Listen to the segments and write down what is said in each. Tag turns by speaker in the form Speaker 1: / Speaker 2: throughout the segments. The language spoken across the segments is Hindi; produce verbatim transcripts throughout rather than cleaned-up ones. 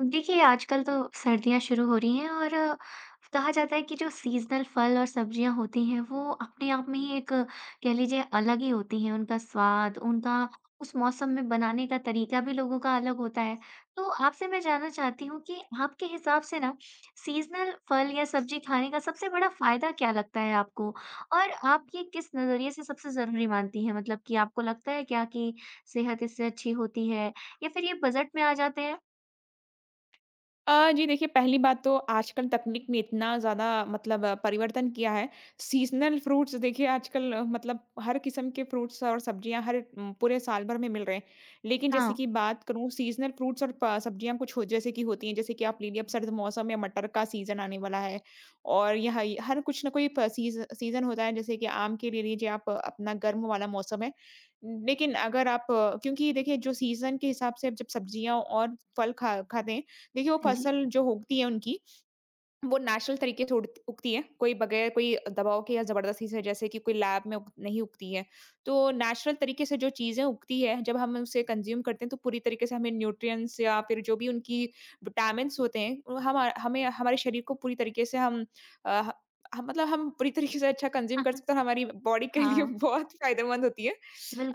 Speaker 1: देखिए, आजकल तो सर्दियाँ शुरू हो रही हैं और अ, कहा जाता है कि जो सीज़नल फल और सब्जियाँ होती हैं, वो अपने आप में ही एक अ, कह लीजिए अलग ही होती हैं। उनका स्वाद, उनका उस मौसम में बनाने का तरीका भी लोगों का अलग होता है। तो आपसे मैं जानना चाहती हूँ कि आपके हिसाब से ना सीज़नल फल या सब्ज़ी खाने का सबसे बड़ा फ़ायदा क्या लगता है आपको? और आप ये किस नज़रिए से सबसे ज़रूरी मानती हैं? मतलब कि आपको लगता है क्या कि सेहत इससे अच्छी होती है या फिर ये बजट में आ जाते हैं?
Speaker 2: अ, जी देखिए, पहली बात तो आजकल तकनीक ने इतना ज़्यादा मतलब आ, परिवर्तन किया है। सीज़नल फ्रूट्स देखिए आजकल आ, मतलब हर किस्म के फ्रूट्स और सब्जियाँ हर उम, पूरे साल भर में मिल रहे हैं। लेकिन जैसे
Speaker 1: हाँ।
Speaker 2: कि बात करूँ सीज़नल फ्रूट्स और प सब्जियाँ कुछ हो जैसे कि होती हैं, जैसे कि आप ले लिए अब सर्द मौसम में मटर का सीज़न आने वाला है। और यह ही हर कुछ ना कोई प सीज़ सीज़न होता है, जैसे कि आम के ले लीजिए आप अपना गर्म वाला मौसम है। लेकिन अगर आप क्योंकि देखिए जो सीज़न के हिसाब से जब सब्जियाँ और फल खा खाते हैं देखिए वो
Speaker 1: हाँ जी।
Speaker 2: फसल जो उगती है उनकी, वो नेचुरल तरीके से उड़ उगती है, कोई बगैर कोई दबाव के या ज़बरदस्ती से जैसे कि कोई लैब में उग नहीं उगती है। तो नेचुरल तरीके से जो चीज़ें उगती है, जब हम उसे कंज़्यूम करते हैं तो पूरी तरीके से हमें न्यूट्रिएंट्स या फिर जो भी उनकी विटामिन्स होते हैं, वो हम हमें हमारे शरीर को पूरी तरीके से हम अ, ह हम मतलब हम पूरी तरीके से अच्छा कंज़्यूम कर सकते हैं और हमारी बॉडी के लिए
Speaker 1: हाँ,
Speaker 2: बहुत फ़ायदेमंद होती है।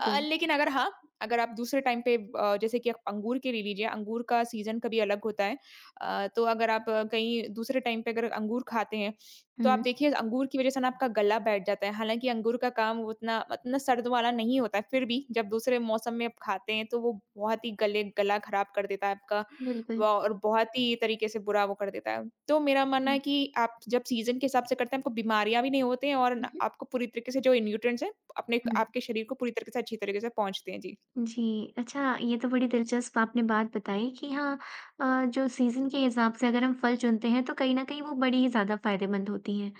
Speaker 2: अ, लेकिन अगर, हाँ, अगर आप दूसरे टाइम पे, अ, जैसे कि आप अंगूर के ले लीजिए, अंगूर का सीज़न कभी अलग होता है। अ, तो अगर आप कहीं दूसरे टाइम पे अगर अंगूर खाते हैं, तो आप
Speaker 1: हुँ,
Speaker 2: देखिए अंगूर की वज़ह से ना आपका गला बैठ जाता है। हालाँकि अंगूर का काम उतना उतना सर्द वाला नहीं होता है, फिर भी जब दूसरे मौसम में आप खाते हैं, तो वो बहुत ही गले गला खराब कर देता है आपका व
Speaker 1: बिल्कुल।
Speaker 2: और बहुत ही तरीके से बुरा वो कर देता है। तो मेरा मानना है
Speaker 1: हुँ,
Speaker 2: कि आप जब सीज़न के हिसाब से करते हैं, आपको बीमारियाँ भी नहीं होती हैं और
Speaker 1: हुँ,
Speaker 2: न
Speaker 1: हुँ,
Speaker 2: आपको पूरी तरीके से जो न्यूट्रिएंट्स हैं, अपने
Speaker 1: हुँ।
Speaker 2: आपके शरीर को पूरी तरीके से अच्छी तरीके से पहुँचते हैं। जी।
Speaker 1: जी, अच्छा ये तो बड़ी दिलचस्प आपने बात बताई कि हाँ, अ, जो सीज़न के हिसाब से अगर हम फल चुनते हैं तो कहीं न कहीं वो बड़ी ही ज़्यादा फ़ायदेमंद होती हैं।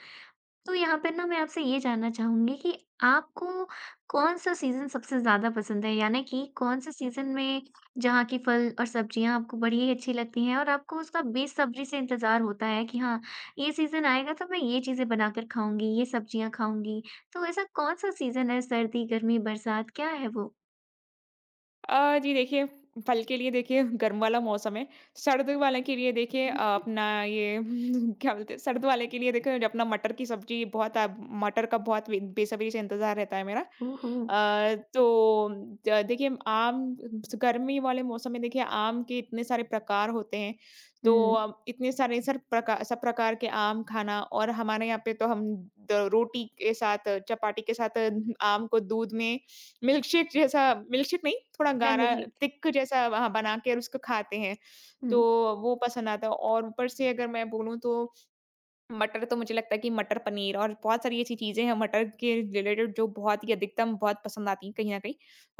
Speaker 1: तो यहाँ पर ना मैं आपसे ये जानना चाहूँगी कि आपको कौन-सा सीज़न सबसे ज़्यादा पसंद है? यानी कि कौन-से सीज़न में जहाँ की फल और सब्जियाँ आपको बड़ी ही अच्छी लगती हैं और आपको उसका बेसब्री से इंतज़ार होता है कि हाँ, ये सीज़न आएगा तो मैं ये चीज़ें बनाकर खाऊँगी, ये सब्जियाँ खाऊँगी। तो ऐसा कौन-सा सीज़न है सर्दी, गर्मी, बरसात क्या है वो?
Speaker 2: अ, जी देखिए, फल के लिए देखिए गर्म वाला मौसम है। सर्द वाले के लिए देखिए अ, अपना ये क्या बोलते हैं सर्द वाले के लिए देखिए अपना मटर की सब्ज़ी बहुत अ, मटर का बहुत बे बेसब्री से इंतज़ार रहता है मेरा।
Speaker 1: ओह हो!
Speaker 2: अ, तो द देखिए आम गर्मी वाले मौसम में देखिए आम के इतने सारे प्रकार होते हैं। तो
Speaker 1: हुँ,
Speaker 2: अब इतने सारे सर प्रकार सब प्रकार के आम खाना और हमारे यहाँ पे तो हम द रोटी के साथ चपाती के साथ आम को दूध में मिल्कशेक जैसा, मिल्कशेक नहीं, थोड़ा
Speaker 1: मैंगो
Speaker 2: गाढ़ा
Speaker 1: शेक।
Speaker 2: थिक जैसा, हाँ, बना के और उसको खाते हैं, तो
Speaker 1: हुँ।
Speaker 2: वो पसंद आता है। और ऊपर से अगर मैं बोलूँ तो मटर, तो मुझे लगता है कि मटर पनीर और बहुत सारी ऐसी चीज़ें हैं मटर के रिलेटेड जो बहुत ही अधिकतम बहुत पसंद आती हैं कहीं न कहीं,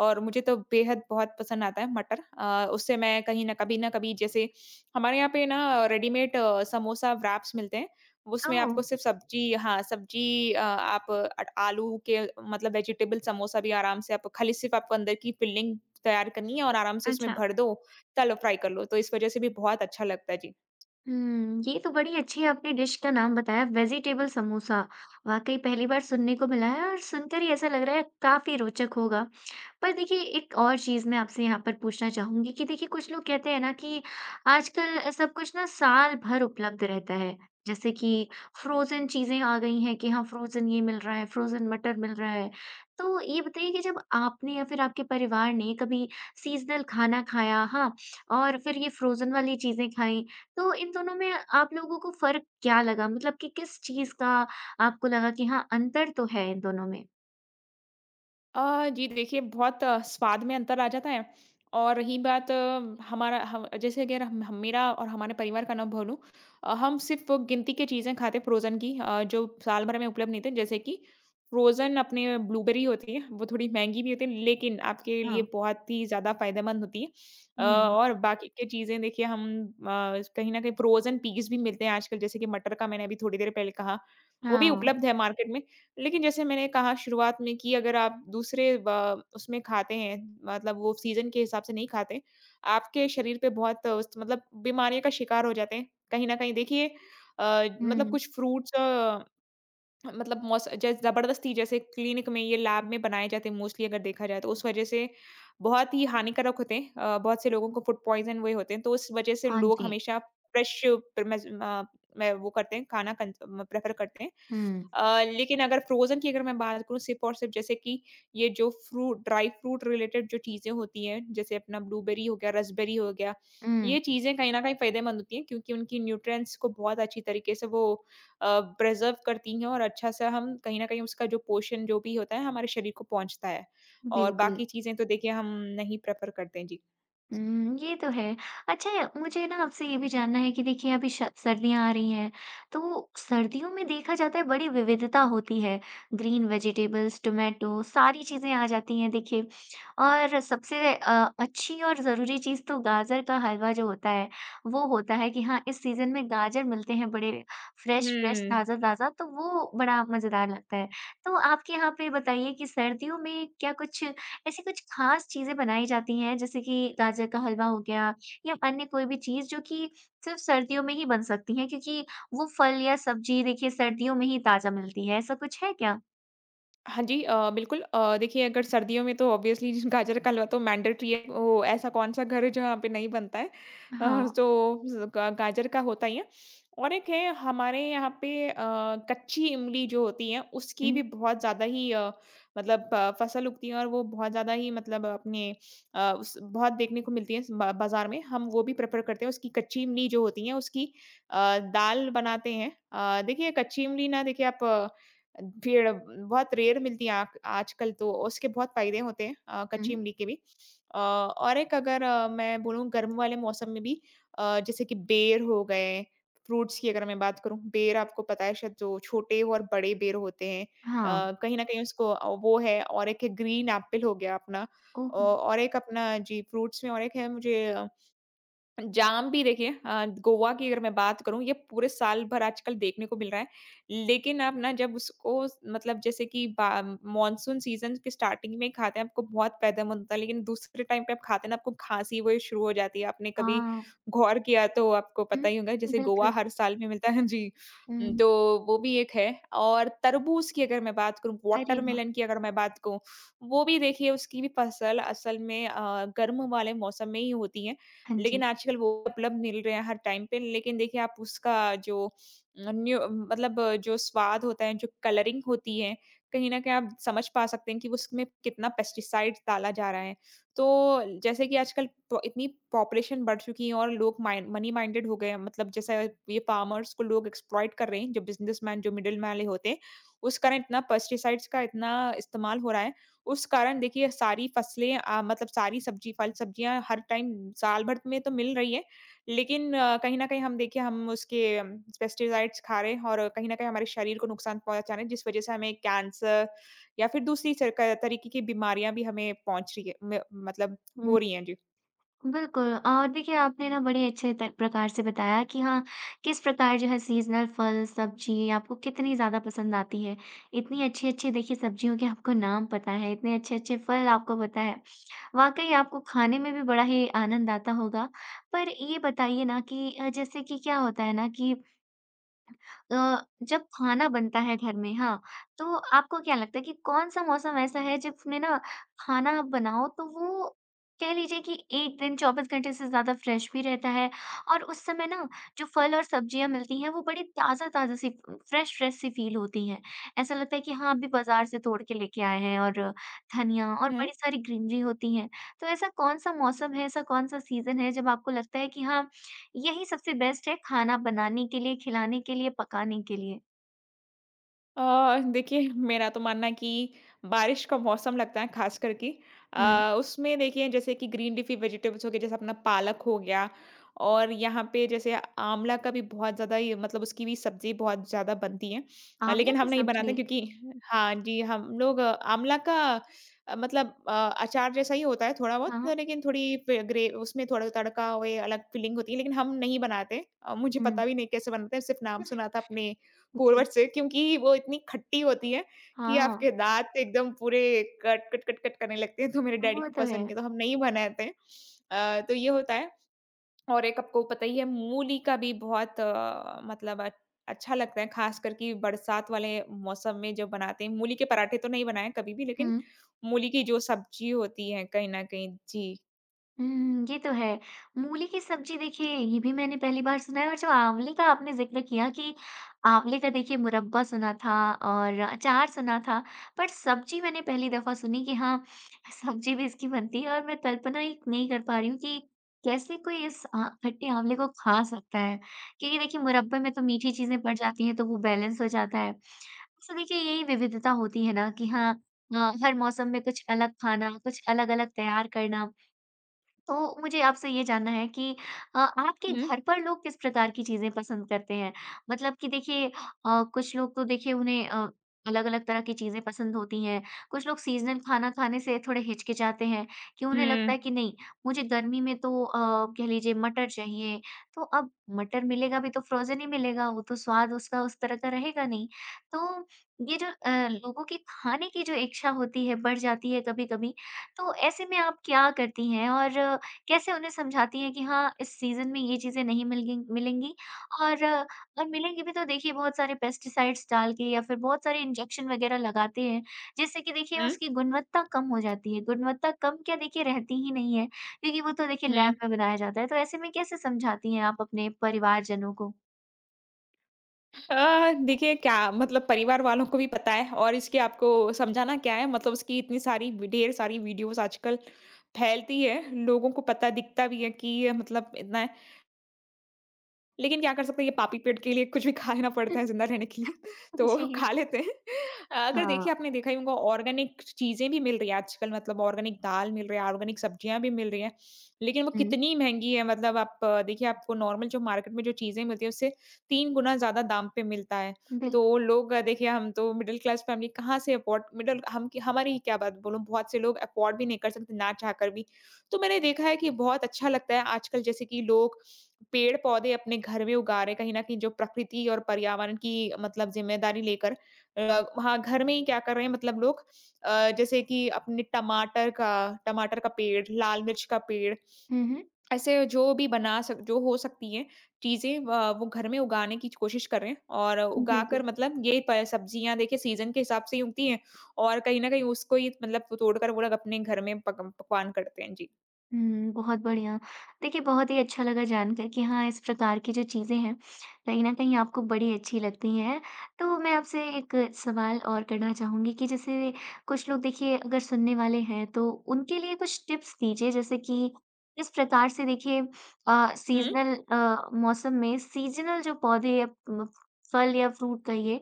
Speaker 2: और मुझे तो बेहद बहुत पसंद आता है मटर। अ, उससे मैं कहीं न कभी न कभी जैसे हमारे यहाँ पे ना रेडीमेड अ, समोसा व्रैप्स मिलते हैं। उसमें
Speaker 1: ओह!
Speaker 2: आपको सिर्फ़ सब्ज़ी, हाँ, सब्ज़ी अ, आप अट आलू के मतलब वेजिटेबल समोसा भी आराम से, आप खाली सिर्फ़ आपको अंदर की फिलिंग तैयार करनी है और आराम से उसमें
Speaker 1: अच्छा।
Speaker 2: भर दो, तलो फ्राई कर लो। तो इस वज़ह से भी बहुत अच्छा लगता है। जी।
Speaker 1: हुँ, ये तो बड़ी अच्छी आपने डिश का नाम बताया वेजिटेबल समोसा। वाक़ई पहली बार सुनने को मिला है और सुनकर ही ऐसा लग रहा है काफ़ी रोचक होगा। पर देखिए एक और चीज़ मैं आपसे यहाँ पर पूछना चाहूँगी कि देखिए कुछ लोग कहते हैं ना कि आजकल सब कुछ ना साल भर उपलब्ध रहता है। जैसे कि फ्रोज़न चीज़ें आ गई हैं कि हाँ फ्रोज़न ये मिल रहा है, फ्रोज़न मटर मिल रहा है। तो ये बताइए कि जब आपने या फिर आपके परिवार ने कभी सीज़नल खाना खाया हाँ, और फिर ये फ्रोज़न वाली चीज़ें खाईं, तो इन दोनों में आप लोगों को फ़र्क क्या लगा? मतलब कि किस चीज़ का आपको लगा कि हाँ, अंतर तो है इन दोनों में?
Speaker 2: अ, जी देखिए बहुत आ, स्वाद में अंतर आ जाता है। और रही बात अ, हमारा हम जैसे अगर हम हम- मेरा और हमारे परिवार का ना बोलूं, अ, हम सिर्फ वो गिनती की चीज़ें खाते फ्रोज़न की, अ, जो साल भर में उपलब्ध नहीं थे, जैसे कि फ्रोज़न अपने ब्लूबेरी होती है, वो थोड़ी महंगी भी होती है लेकिन आपके लिए
Speaker 1: हाँ।
Speaker 2: बहुत ही ज़्यादा फायदेमंद होती है। अ,
Speaker 1: हुँ।
Speaker 2: और बाकी की चीज़ें देखिए, हम अ, कहीं ना कहीं फ्रोज़न पीस भी मिलते हैं आजकल, जैसे कि मटर का मैंने अभी थोड़ी देर पहले कहा, वो भी
Speaker 1: हाँ।
Speaker 2: उपलब्ध है मार्केट में। लेकिन जैसे मैंने कहा शुरुआत में कि अगर आप दूसरे ब उसमें खाते हैं, मतलब वो सीज़न के हिसाब से नहीं खाते, आपके शरीर पे बहुत अ, उस मतलब बीमारियों का शिकार हो जाते हैं। कहीं न कहीं देखिए अ, मतलब
Speaker 1: हुँ।
Speaker 2: कुछ फ्रूट्स, अ, मतलब मौस जैस ज़बरदस्ती जैसे क्लिनिक में, ये लैब में बनाए जाते हैं मोस्टली, अगर देखा जाए तो उस वज़ह से बहुत ही हानिकारक होते हैं। अ, बहुत से लोगों को फूड पॉइज़न हुए होते हैं, तो उस वज़ह से
Speaker 1: हाँ
Speaker 2: लोग
Speaker 1: जी।
Speaker 2: हमेशा फ्रेश प्र मज़ अ, मैं वो करते हैं, खाना कन प्रेफ़र करते हैं।
Speaker 1: हुँ,
Speaker 2: अ, लेकिन अगर फ्रोज़न की अगर मैं बात करूँ सिर्फ़ और सिर्फ़, जैसे कि ये जो फ्रूट ड्राई फ्रूट रिलेटेड जो चीज़ें होती हैं, जैसे अपना ब्लूबेरी हो गया, रास्पबेरी हो गया,
Speaker 1: हुँ,
Speaker 2: ये चीज़ें कहीं न कहीं फ़ायदेमंद होती हैं क्योंकि उनकी न्यूट्रिएंट्स को बहुत अच्छी तरीके से वो अ, प्रिज़र्व करती हैं और अच्छा-सा हम कहीं न कहीं उसका जो पोषण जो भी होता है, हमारे शरीर को पहुँचता है। और
Speaker 1: बिल्कुल।
Speaker 2: बाकी चीज़ें तो देखिए हम नहीं प्रेफ़र करते हैं। जी।
Speaker 1: हुँ, ये तो है। अच्छा, मुझे ना आपसे ये भी जानना है कि देखिए अभी श सर्दियाँ आ रही हैं, तो सर्दियों में देखा जाता है बड़ी विविधता होती है। ग्रीन वेजिटेबल्स, टोमेटो सारी चीज़ें आ जाती हैं देखिए और सबसे अ, अच्छी और ज़रूरी चीज़ तो गाजर का हलवा जो होता है, वो होता है कि हाँ, इस सीज़न में गाजर मिलते हैं बड़े फ्रेश-फ्रेश,
Speaker 2: हुँ।
Speaker 1: ताज़ा-ताज़ा तो वो बड़ा मज़ेदार लगता है। तो आपके यहाँ पे बताइए कि सर्दियों में क्या कुछ ऐसी कुछ ख़ास चीज़ें बनाई जाती हैं जैसे कि गाजर का हलवा हो गया या अन्य कोई भी चीज़ जो कि सिर्फ़ सर्दियों में ही बन सकती है क्योंकि वो फल या सब्ज़ी देखिए सर्दियों में ही ताज़ा मिलती है, ऐसा कुछ है क्या?
Speaker 2: हाँ जी, अ, बिल्कुल। अ, देखिए अगर सर्दियों में तो ऑब्वियसली गाजर का हलवा तो मैंडेटरी है, वो ऐसा कौन सा घर है जहाँ पे नहीं बनता है? अ,
Speaker 1: हाँ।
Speaker 2: तो ज- गा- गाजर का होता ही है। और एक है हमारे यहाँ पे, अ, कच्ची इमली जो होती है उसकी
Speaker 1: हुँ,
Speaker 2: भी बहुत ज़्यादा ही, अ, मतलब अ, फसल उगती है और वो बहुत ज़्यादा ही, मतलब अपने अ, उस बहुत देखने को मिलती है इस बा- बाजार में, हम वो भी प्रेफर करते हैं, उसकी कच्ची इमली जो होती है उसकी अ, दाल बनाते हैं। अ, देखिए कच्ची इमली ना, देखिए आप फिर बहुत रेयर मिलती है आक आजकल, तो उसके बहुत फ़ायदे होते हैं अ,
Speaker 1: हुँ।
Speaker 2: कच्ची इमली के भी। अ, और एक अगर अ, मैं बोलूँ गर्म वाले मौसम में भी, अ, जैसे कि बेर हो गए, फ्रूट्स की अगर मैं बात करूँ, बेर आपको पता है शायद, जो छोटे और बड़े बेर होते हैं।
Speaker 1: हाँ।
Speaker 2: अ, कहीं न कहीं उसको, अ, वो है। और एक है ग्रीन एप्पल हो गया अपना,
Speaker 1: ओह!
Speaker 2: औ और एक अपना जी फ्रूट्स में, और एक है मुझे जाम भी, देखिए अ, गोवा की अगर मैं बात करूँ, ये पूरे साल भर आजकल देखने को मिल रहा है। लेकिन आप ना जब उसको मतलब जैसे कि बा मॉनसून सीज़न के स्टार्टिंग में खाते हैं आपको बहुत फ़ायदेमंद होता है, लेकिन दूसरे टाइम पे आप खाते हैं ना, आपको खाँसी वो शुरू हो जाती है। आपने कभी
Speaker 1: हाँ।
Speaker 2: गौर किया तो आपको
Speaker 1: हुँ,
Speaker 2: पता ही होगा, जैसे गोवा
Speaker 1: बिल्कुल।
Speaker 2: हर साल में मिलता है। जी। उम,
Speaker 1: हुँ।
Speaker 2: तो वो भी एक है। और तरबूज़ की अगर मैं बात करूँ,
Speaker 1: अरे वाह!
Speaker 2: वाटरमेलन की अगर मैं बात कहूँ, वो भी देखिए उसकी भी फसल असल में अ, गर्म वाले मौसम में ही होती है।
Speaker 1: हाँ
Speaker 2: लेकिन
Speaker 1: जी।
Speaker 2: आजकल वो उपलब्ध मिल रहे हैं हर टाइम पे। लेकिन देखिए आप उसका जो अ, न्यू मतलब जो स्वाद होता है, जो कलरिंग होती है, कहीं न कहीं आप समझ पा सकते हैं कि उसमें कितना पेस्टिसाइड डाला जा रहा है। तो जैसे कि आजकल प इतनी पॉपुलेशन बढ़ चुकी है और लोग माइंड मनी माइंडेड हो गए हैं। मतलब जैसे ये फार्मर्स को लोग एक्सप्लॉइट कर रहे हैं, जो बिज़नेसमैन, जो मिडलमैन होते हैं, उस कारण इतना पेस्टिसाइड्स का इतना इस्तेमाल हो रहा है। उस कारण देखिए सारी फसलें, अ, मतलब सारी सब्जी फल सब्जियाँ हर टाइम साल भर में तो मिल रही है। लेकिन अ, कहीं न कहीं हम देखिए हम उसके पेस्टिसाइड्स खा रहे हैं और कहीं न कहीं हमारे शरीर को नुकसान पहुँचा रहे हैं, जिस वज़ह से हमें कैंसर या फिर दूसरी सरका तरीके की बीमारियाँ भी हमें पहुँच रही है, म मतलब हो
Speaker 1: हुँ।
Speaker 2: रही हैं। जी।
Speaker 1: बिल्कुल अ, देखिए आपने ना बड़े अच्छे त प्रकार से बताया कि हाँ, किस प्रकार जो है सीज़नल फल, सब्ज़ी आपको कितनी ज़्यादा पसंद आती है। इतनी अच्छी-अच्छी देखिए सब्ज़ियों के आपको नाम पता है, इतने अच्छे-अच्छे फल आपको पता है। वाक़ई आपको खाने में भी बड़ा ही आनंद आता होगा। पर ये बताइए ना कि अ, जैसे कि क्या होता है ना कि अ, जब खाना बनता है घर में हाँ, तो आपको क्या लगता है कि कौन-सा मौसम ऐसा है जिसमें ना खाना आप बनाओ तो वो कह लीजिए कि एक दिन चौबीस घंटे से ज़्यादा फ्रेश भी रहता है और उस समय ना जो फल और सब्जियाँ मिलती हैं वो बड़ी ताज़ा-ताज़ा सी फ्रेश-फ्रेश सी फ़ील होती हैं। ऐसा लगता है कि हाँ, अभी बाज़ार से तोड़ के लेके आए हैं और धनिया और बड़ी सारी ग्रीनरी होती है। तो ऐसा कौन-सा मौसम है, ऐसा कौन-सा सीज़न है जब आपको लगता है कि हाँ, यही सबसे बेस्ट है खाना बनाने के लिए, खिलाने के लिए, पकाने के लिए।
Speaker 2: अ, देखिए मेरा तो मानना है कि बारिश का मौसम लगता है खास करके।
Speaker 1: हुँ।
Speaker 2: अ, उसमें देखिए जैसे कि ग्रीन लीफी वेजिटेबल्स हो गए, जैसे अपना पालक हो गया। और यहाँ पे जैसे आंवला का भी बहुत ज़्यादा ये मतलब उसकी भी सब्जी बहुत ज़्यादा बनती है, अ,
Speaker 1: आंवले
Speaker 2: लेकिन हम
Speaker 1: की
Speaker 2: नहीं बनाते
Speaker 1: सब्ज़ी?
Speaker 2: क्योंकि, हाँ जी, हम लोग अ, आंवला का अ, मतलब अ, अचार जैसा ही होता है थोड़ा बहुत
Speaker 1: हाँ,
Speaker 2: तो,
Speaker 1: हाँ।
Speaker 2: लेकिन थोड़ी पे- ग्रे उसमें थोड़ा तड़का हुए अलग फीलिंग होती है, लेकिन हम नहीं बनाते। अ, मुझे
Speaker 1: हुँ।
Speaker 2: पता भी नहीं कैसे बनाते हैं, सिर्फ नाम सुना था अपने
Speaker 1: जी।
Speaker 2: पूर्वज से क्योंकि वो इतनी खट्टी होती है कि
Speaker 1: हाँ,
Speaker 2: आपके दाँत एकदम पूरे कट, कट, कट, कट करने लगते हैं, तो मेरे डैडी
Speaker 1: वो
Speaker 2: को
Speaker 1: तो
Speaker 2: पसंद
Speaker 1: है।
Speaker 2: नहीं है, तो हम नहीं बनाते हैं। अ, तो ये होता है। और एक आपको पता ही है मूली का भी बहुत अ, मतलब अ, अच्छा लगता है, ख़ासकर कि बरसात वाले मौसम में जब बनाते हैं। मूली के पराठे तो नहीं बनाए कभी भी, लेकिन
Speaker 1: हुँ।
Speaker 2: मूली की जो सब्ज़ी होती है कहीं न कहीं, जी।
Speaker 1: हुँ, ये तो है। मूली की सब्ज़ी देखिए ये भी मैंने पहली बार सुना है और जो आँवले का आपने ज़िक्र किया कि आँवले का देखिए मुरब्बा सुना था और अचार सुना था, पर सब्ज़ी मैंने पहली दफ़ा सुनी कि हाँ, सब्ज़ी भी इसकी बनती है और मैं कल्पना ही नहीं कर पा रही हूँ कि कैसे कोई इस अ, खट्टे आँवले को खा सकता है? क्योंकि देखिए मुरब्बे में तो मीठी चीज़ें पड़ जाती हैं तो वो बैलेंस हो जाता है। तो देखिए यही विविधता होती है ना कि हाँ, अ, हर मौसम में कुछ अलग खाना, कुछ अलग-अलग तैयार करना। तो मुझे आपसे ये जानना है कि अ, आपके
Speaker 2: हुँ,
Speaker 1: घर पर लोग किस प्रकार की चीज़ें पसंद करते हैं? मतलब कि देखिए अ, कुछ लोग तो देखिए उन्हें अ, अलग-अलग तरह की चीज़ें पसंद होती हैं। कुछ लोग सीज़नल खाना खाने से थोड़े हिचकिचाते हैं कि उन्हें लगता
Speaker 2: हुँ,
Speaker 1: है कि नहीं, मुझे गर्मी में तो अ, कह लीजिए मटर चाहिए। तो अब मटर मिलेगा भी तो फ्रोज़न ही मिलेगा, वो तो स्वाद उसका उस तरह का रहेगा नहीं। तो ये जो अ, लोगों की खाने की जो इच्छा होती है, बढ़ जाती है कभी-कभी। तो ऐसे में आप क्या करती हैं? और कैसे उन्हें समझाती हैं कि हाँ, इस सीज़न में ये चीज़ें नहीं मिलगी मिलेंगी और और मिलेंगी भी तो देखिए बहुत सारे पेस्टिसाइड्स डाल के या फिर बहुत सारे इंजेक्शन वग़ैरह लगाते हैं, जिससे कि देखिए
Speaker 2: हुँ,
Speaker 1: उसकी गुणवत्ता कम हो जाती है। गुणवत्ता कम क्या देखिए रहती ही नहीं है, क्योंकि वो तो देखिए
Speaker 2: हुँ।
Speaker 1: लैब में बनाया जाता है। तो ऐसे में कैसे समझाती हैं आप अपने परिवारजनों को?
Speaker 2: अ, देखिए क्या मतलब, परिवार वालों को भी पता है और इसके आपको समझाना क्या है, मतलब उसकी इतनी सारी वी- ढेर सारी वीडियोस आजकल फैलती है, लोगों को पता दिखता भी है कि ये मतलब इतना। लेकिन क्या कर सकते हैं, ये पापी पेट के लिए कुछ भी खाना पड़ता है ज़िंदा रहने के लिए, तो
Speaker 1: जी।
Speaker 2: खा लेते हैं। अगर
Speaker 1: हाँ।
Speaker 2: देखिए आपने देखा ही होगा, ऑर्गेनिक चीज़ें भी मिल रही हैं आजकल, मतलब ऑर्गेनिक दाल मिल रही है, ऑर्गेनिक सब्जियाँ भी मिल रही हैं, लेकिन वो
Speaker 1: हुँ।
Speaker 2: कितनी महँगी है। मतलब आप अ, देखिए आपको नॉर्मल जो मार्केट में जो चीज़ें मिलती हैं, उससे तीन गुना ज़्यादा दाम पे मिलता है।
Speaker 1: बिल्क
Speaker 2: तो लोग, अ, देखिए हम तो मिडल क्लास फैमिली, कहाँ से अफोर्ड, मिडल हम की हमारी ही क्या बात बोलूँ, बहुत से लोग अफोर्ड भी नहीं कर सकते ना, चाह कर भी। तो मैंने देखा है कि बहुत अच्छा लगता है आजकल जैसे कि लोग पेड़-पौधे अपने घर में उगा रहे हैं, कहीं न कहीं जो प्रकृति और पर्यावरण की मतलब ज़िम्मेदारी लेकर, अ, वहाँ घर में ही क्या कर रहे हैं मतलब लोग, अ, जैसे कि अपने टमाटर का टमाटर का पेड़, लाल मिर्च का पेड़,
Speaker 1: हुँ, हुँ।
Speaker 2: ऐसे जो भी बना सक जो हो सकती हैं चीज़ें, व वो घर में उगाने की कोशिश कर रहे हैं और उगाकर,
Speaker 1: बिल्कुल।
Speaker 2: मतलब ये प सब्जियाँ देखिए सीज़न के हिसाब से ही उगती हैं और कहीं न कहीं उसको ही मतलब तोड़कर वो लोग अपने घर में पक पकवान करते हैं। जी।
Speaker 1: हुँ, बहुत बढ़िया। देखिए, बहुत ही अच्छा लगा जानकर कि हाँ, इस प्रकार की जो चीज़ें हैं, कहीं न कहीं आपको बड़ी अच्छी लगती हैं। तो मैं आपसे एक सवाल और करना चाहूँगी कि जैसे कुछ लोग देखिए अगर सुनने वाले हैं, तो उनके लिए कुछ टिप्स दीजिए, जैसे कि किस प्रकार से देखिए अ,
Speaker 2: हुँ।
Speaker 1: सीज़नल अ, मौसम में सीज़नल जो पौधे या म फल या फ्रूट कहिए,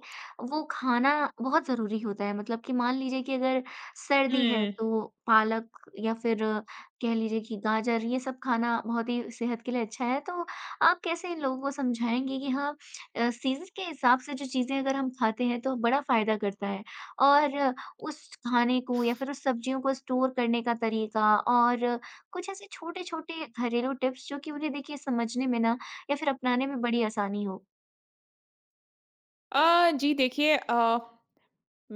Speaker 1: वो खाना बहुत ज़रूरी होता है। मतलब कि मान लीजिए कि अगर सर्दी है,
Speaker 2: हुँ।
Speaker 1: तो पालक या फिर कह लीजिए कि गाजर ये सब खाना बहुत ही सेहत के लिए अच्छा है, तो आप कैसे इन लोगों को समझाएँगे कि हाँ, अ, सीज़न के हिसाब से जो चीज़ें अगर हम खाते हैं तो बड़ा फ़ायदा करता है और उस खाने को या फिर उस सब्जियों को स्टोर करने का तरीका और कुछ ऐसे छोटे-छोटे घरेलू टिप्स जो कि उन्हें देखिए समझने में ना या फिर अपनाने में बड़ी आसानी हो।
Speaker 2: अ, जी देखिए। अ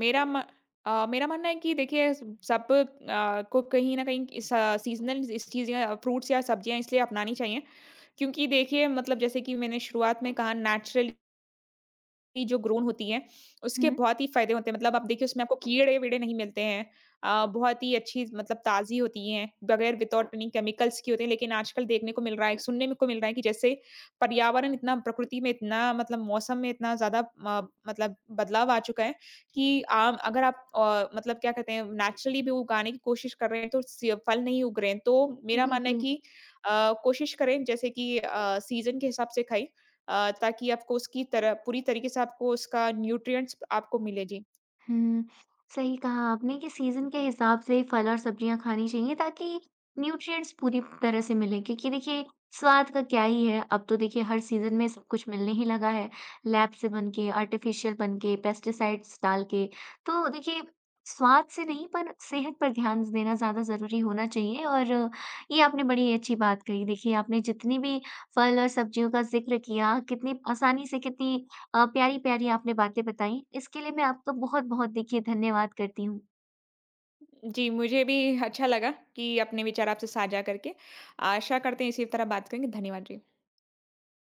Speaker 2: मेरा म अ, मेरा मानना है कि देखिए स सब अ, को कहीं न कहीं इस अ, सीज़नल इस चीज़ या फ्रूट्स या सब्जियाँ इसलिए अपनानी चाहिए, क्योंकि देखिए मतलब जैसे कि मैंने शुरुआत में कहा नेचुरल की जो ग्रोन होती है, उसके
Speaker 1: हुँ।
Speaker 2: बहुत ही फ़ायदे होते हैं। मतलब आप देखिए उसमें आपको कीड़े-वीड़े नहीं मिलते हैं। अ, बहुत ही अच्छी मतलब ताज़ी होती हैं, बगैर विदाउट एनी केमिकल्स की होती हैं। लेकिन आजकल देखने को मिल रहा है, सुनने में को मिल रहा है कि जैसे पर्यावरण इतना, प्रकृति में इतना, मतलब मौसम में इतना ज़्यादा म मतलब बदलाव आ चुका है कि आम अगर आप अ, मतलब क्या कहते हैं नेचुरली भी उगाने की कोशिश कर रहे हैं तो स फल नहीं उग रहे हैं। तो मेरा मानना है
Speaker 1: बिल्कुल।
Speaker 2: कि अ, कोशिश करें जैसे कि अ, सीज़न के हिसाब से खाएँ, अ, ताकि आपको उसकी तरह पूरी तरीके से आपको उसका न्यूट्रिएंट्स आपको मिले। जी।
Speaker 1: हुँ, सही कहा आपने कि सीज़न के हिसाब से फल और सब्जियाँ खानी चाहिए ताकि न्यूट्रिएंट्स पूरी तरह से मिलें क्योंकि देखिए स्वाद का क्या ही है, अब तो देखिए हर सीज़न में सब कुछ मिलने ही लगा है, लैब से बन के, आर्टिफ़िशियल बन के, पेस्टिसाइड्स डाल के। तो देखिए स्वाद से नहीं पर सेहत पर ध्यान देना ज़्यादा ज़रूरी होना चाहिए और ये आपने बड़ी अच्छी बात कही। देखिए आपने जितनी भी फल और सब्जियों का ज़िक्र किया, कितनी आसानी से कितनी अ, प्यारी-प्यारी आपने बातें बताई, इसके लिए मैं आपका बहुत-बहुत देखिए धन्यवाद करती हूँ।
Speaker 2: जी, मुझे भी अच्छा लगा कि अपने विचार आपसे साझा करके। आशा करते हैं इसी तरह बात करेंगे। धन्यवाद जी।